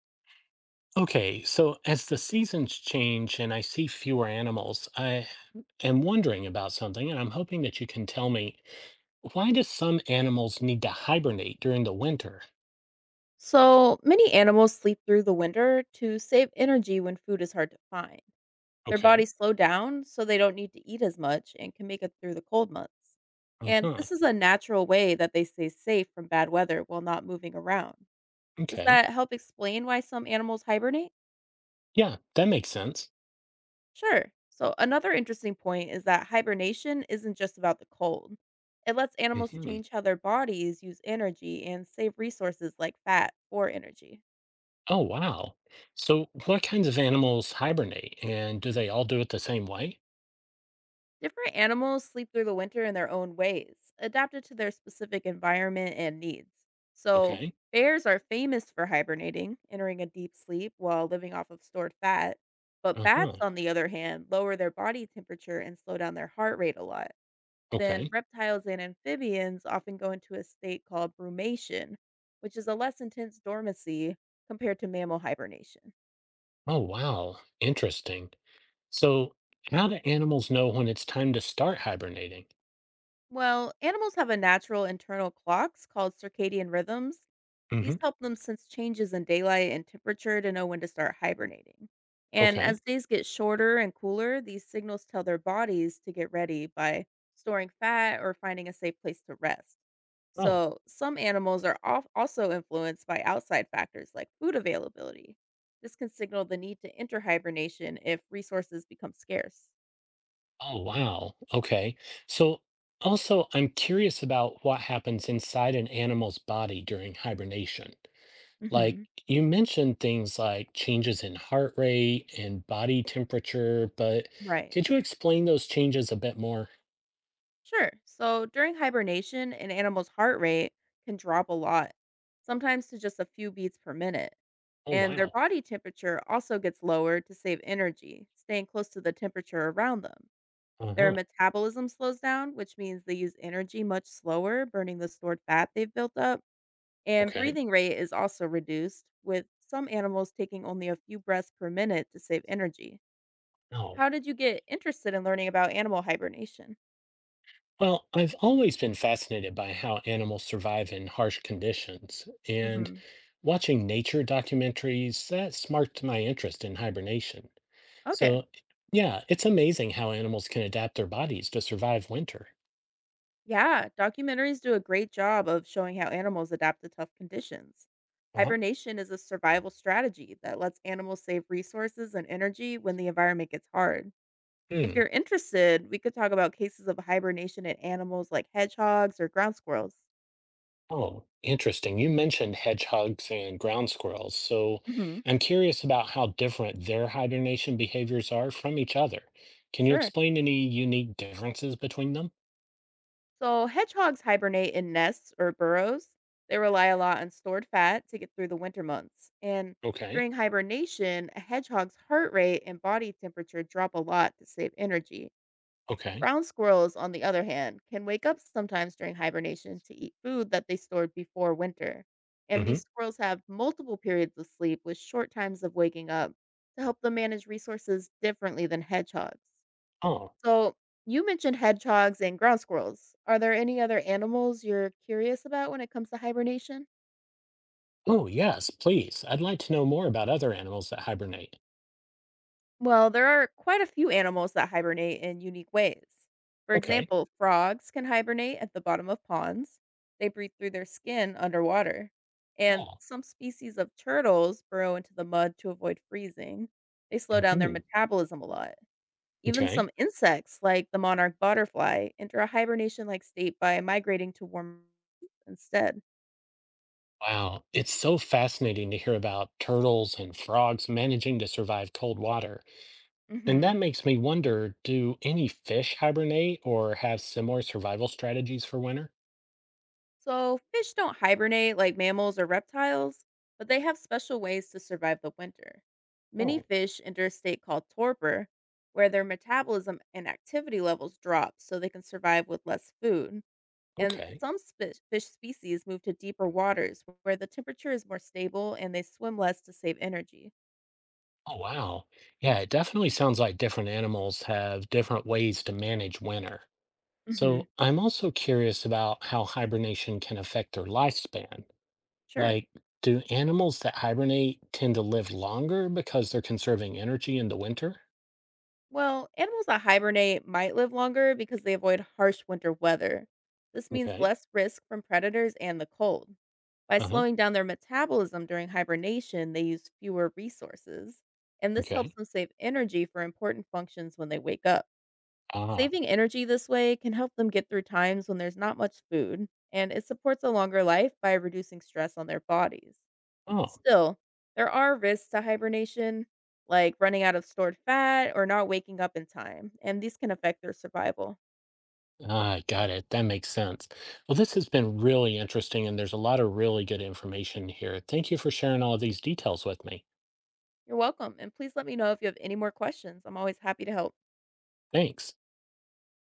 Okay, so as the seasons change and I see fewer animals, I am wondering about something, and I'm hoping that you can tell me, why do some animals need to hibernate during the winter? So, many animals sleep through the winter to save energy when food is hard to find. Their Okay. bodies slow down so they don't need to eat as much and can make it through the cold months. And Uh-huh. this is a natural way that they stay safe from bad weather while not moving around. Does Okay. that help explain why some animals hibernate? Yeah, that makes sense. Sure. So, another interesting point is that hibernation isn't just about the cold. It lets animals Hmm. change how their bodies use energy and save resources like fat for energy. Oh, wow. So what kinds of animals hibernate, and do they all do it the same way? Different animals sleep through the winter in their own ways, adapted to their specific environment and needs. So, Okay. bears are famous for hibernating, entering a deep sleep while living off of stored fat. But bats, Uh-huh. on the other hand, lower their body temperature and slow down their heart rate a lot. Then, Okay. reptiles and amphibians often go into a state called brumation, which is a less intense dormancy compared to mammal hibernation. Oh, wow. Interesting. So how do animals know when it's time to start hibernating? Well, animals have a natural internal clocks called circadian rhythms. These Hmm. help them sense changes in daylight and temperature to know when to start hibernating. And Okay. as days get shorter and cooler, these signals tell their bodies to get ready by storing fat or finding a safe place to rest. Oh, So, some animals are also influenced by outside factors like food availability. This can signal the need to enter hibernation if resources become scarce. oh, wow. Okay. So, also, I'm curious about what happens inside an animal's body during hibernation. Like, Hmm. you mentioned things like changes in heart rate and body temperature, but Right. could you explain those changes a bit more? Sure. So during hibernation, an animal's heart rate can drop a lot, sometimes to just a few beats per minute. Oh, And their wow. body temperature also gets lower to save energy, staying close to the temperature around them. Their Uh-huh. metabolism slows down, which means they use energy much slower, burning the stored fat they've built up. And Okay. breathing rate is also reduced, with some animals taking only a few breaths per minute to save energy. Oh. How did you get interested in learning about animal hibernation? Well, I've always been fascinated by how animals survive in harsh conditions, and Hmm. watching nature documentaries, that sparked my interest in hibernation. Okay. So, yeah, it's amazing how animals can adapt their bodies to survive winter. Yeah, documentaries do a great job of showing how animals adapt to tough conditions. Uh-huh. Hibernation is a survival strategy that lets animals save resources and energy when the environment gets hard. If Hmm. you're interested, we could talk about cases of hibernation in animals like hedgehogs or ground squirrels. Oh, interesting. You mentioned hedgehogs and ground squirrels, so Hmm. I'm curious about how different their hibernation behaviors are from each other. Can you Sure. explain any unique differences between them? So, hedgehogs hibernate in nests or burrows. They rely a lot on stored fat to get through the winter months. And Okay. during hibernation, a hedgehog's heart rate and body temperature drop a lot to save energy. Okay. Brown squirrels, on the other hand, can wake up sometimes during hibernation to eat food that they stored before winter. And these Hmm. squirrels have multiple periods of sleep with short times of waking up to help them manage resources differently than hedgehogs. Oh. So, you mentioned hedgehogs and ground squirrels. Are there any other animals you're curious about when it comes to hibernation? Oh, yes, please. I'd like to know more about other animals that hibernate. Well, there are quite a few animals that hibernate in unique ways. For Okay, example, frogs can hibernate at the bottom of ponds. They breathe through their skin underwater. And cool. some species of turtles burrow into the mud to avoid freezing. They slow down their Hmm. metabolism a lot. Even Okay. some insects, like the monarch butterfly, enter a hibernation like state by migrating to warm instead. Wow, it's so fascinating to hear about turtles and frogs managing to survive cold water. And that Hmm. makes me wonder, do any fish hibernate or have similar survival strategies for winter? So, fish don't hibernate like mammals or reptiles, but they have special ways to survive the winter. Many Oh, fish enter a state called torpor, where their metabolism and activity levels drop so they can survive with less food. And okay. some fish species move to deeper waters where the temperature is more stable and they swim less to save energy. Oh, wow. Yeah, it definitely sounds like different animals have different ways to manage winter. Hmm. So I'm also curious about how hibernation can affect their lifespan. Sure. Like, do animals that hibernate tend to live longer because they're conserving energy in the winter? Well, animals that hibernate might live longer because they avoid harsh winter weather. This means Okay. less risk from predators and the cold. By Uh huh. slowing down their metabolism during hibernation, they use fewer resources, and this helps Okay. them save energy for important functions when they wake up. Ah. Saving energy this way can help them get through times when there's not much food, and it supports a longer life by reducing stress on their bodies. Oh. Still, there are risks to hibernation, like running out of stored fat or not waking up in time, and these can affect their survival. Ah, got it. That makes sense. Well, this has been really interesting, and there's a lot of really good information here. Thank you for sharing all of these details with me. You're welcome, and please let me know if you have any more questions. I'm always happy to help. Thanks.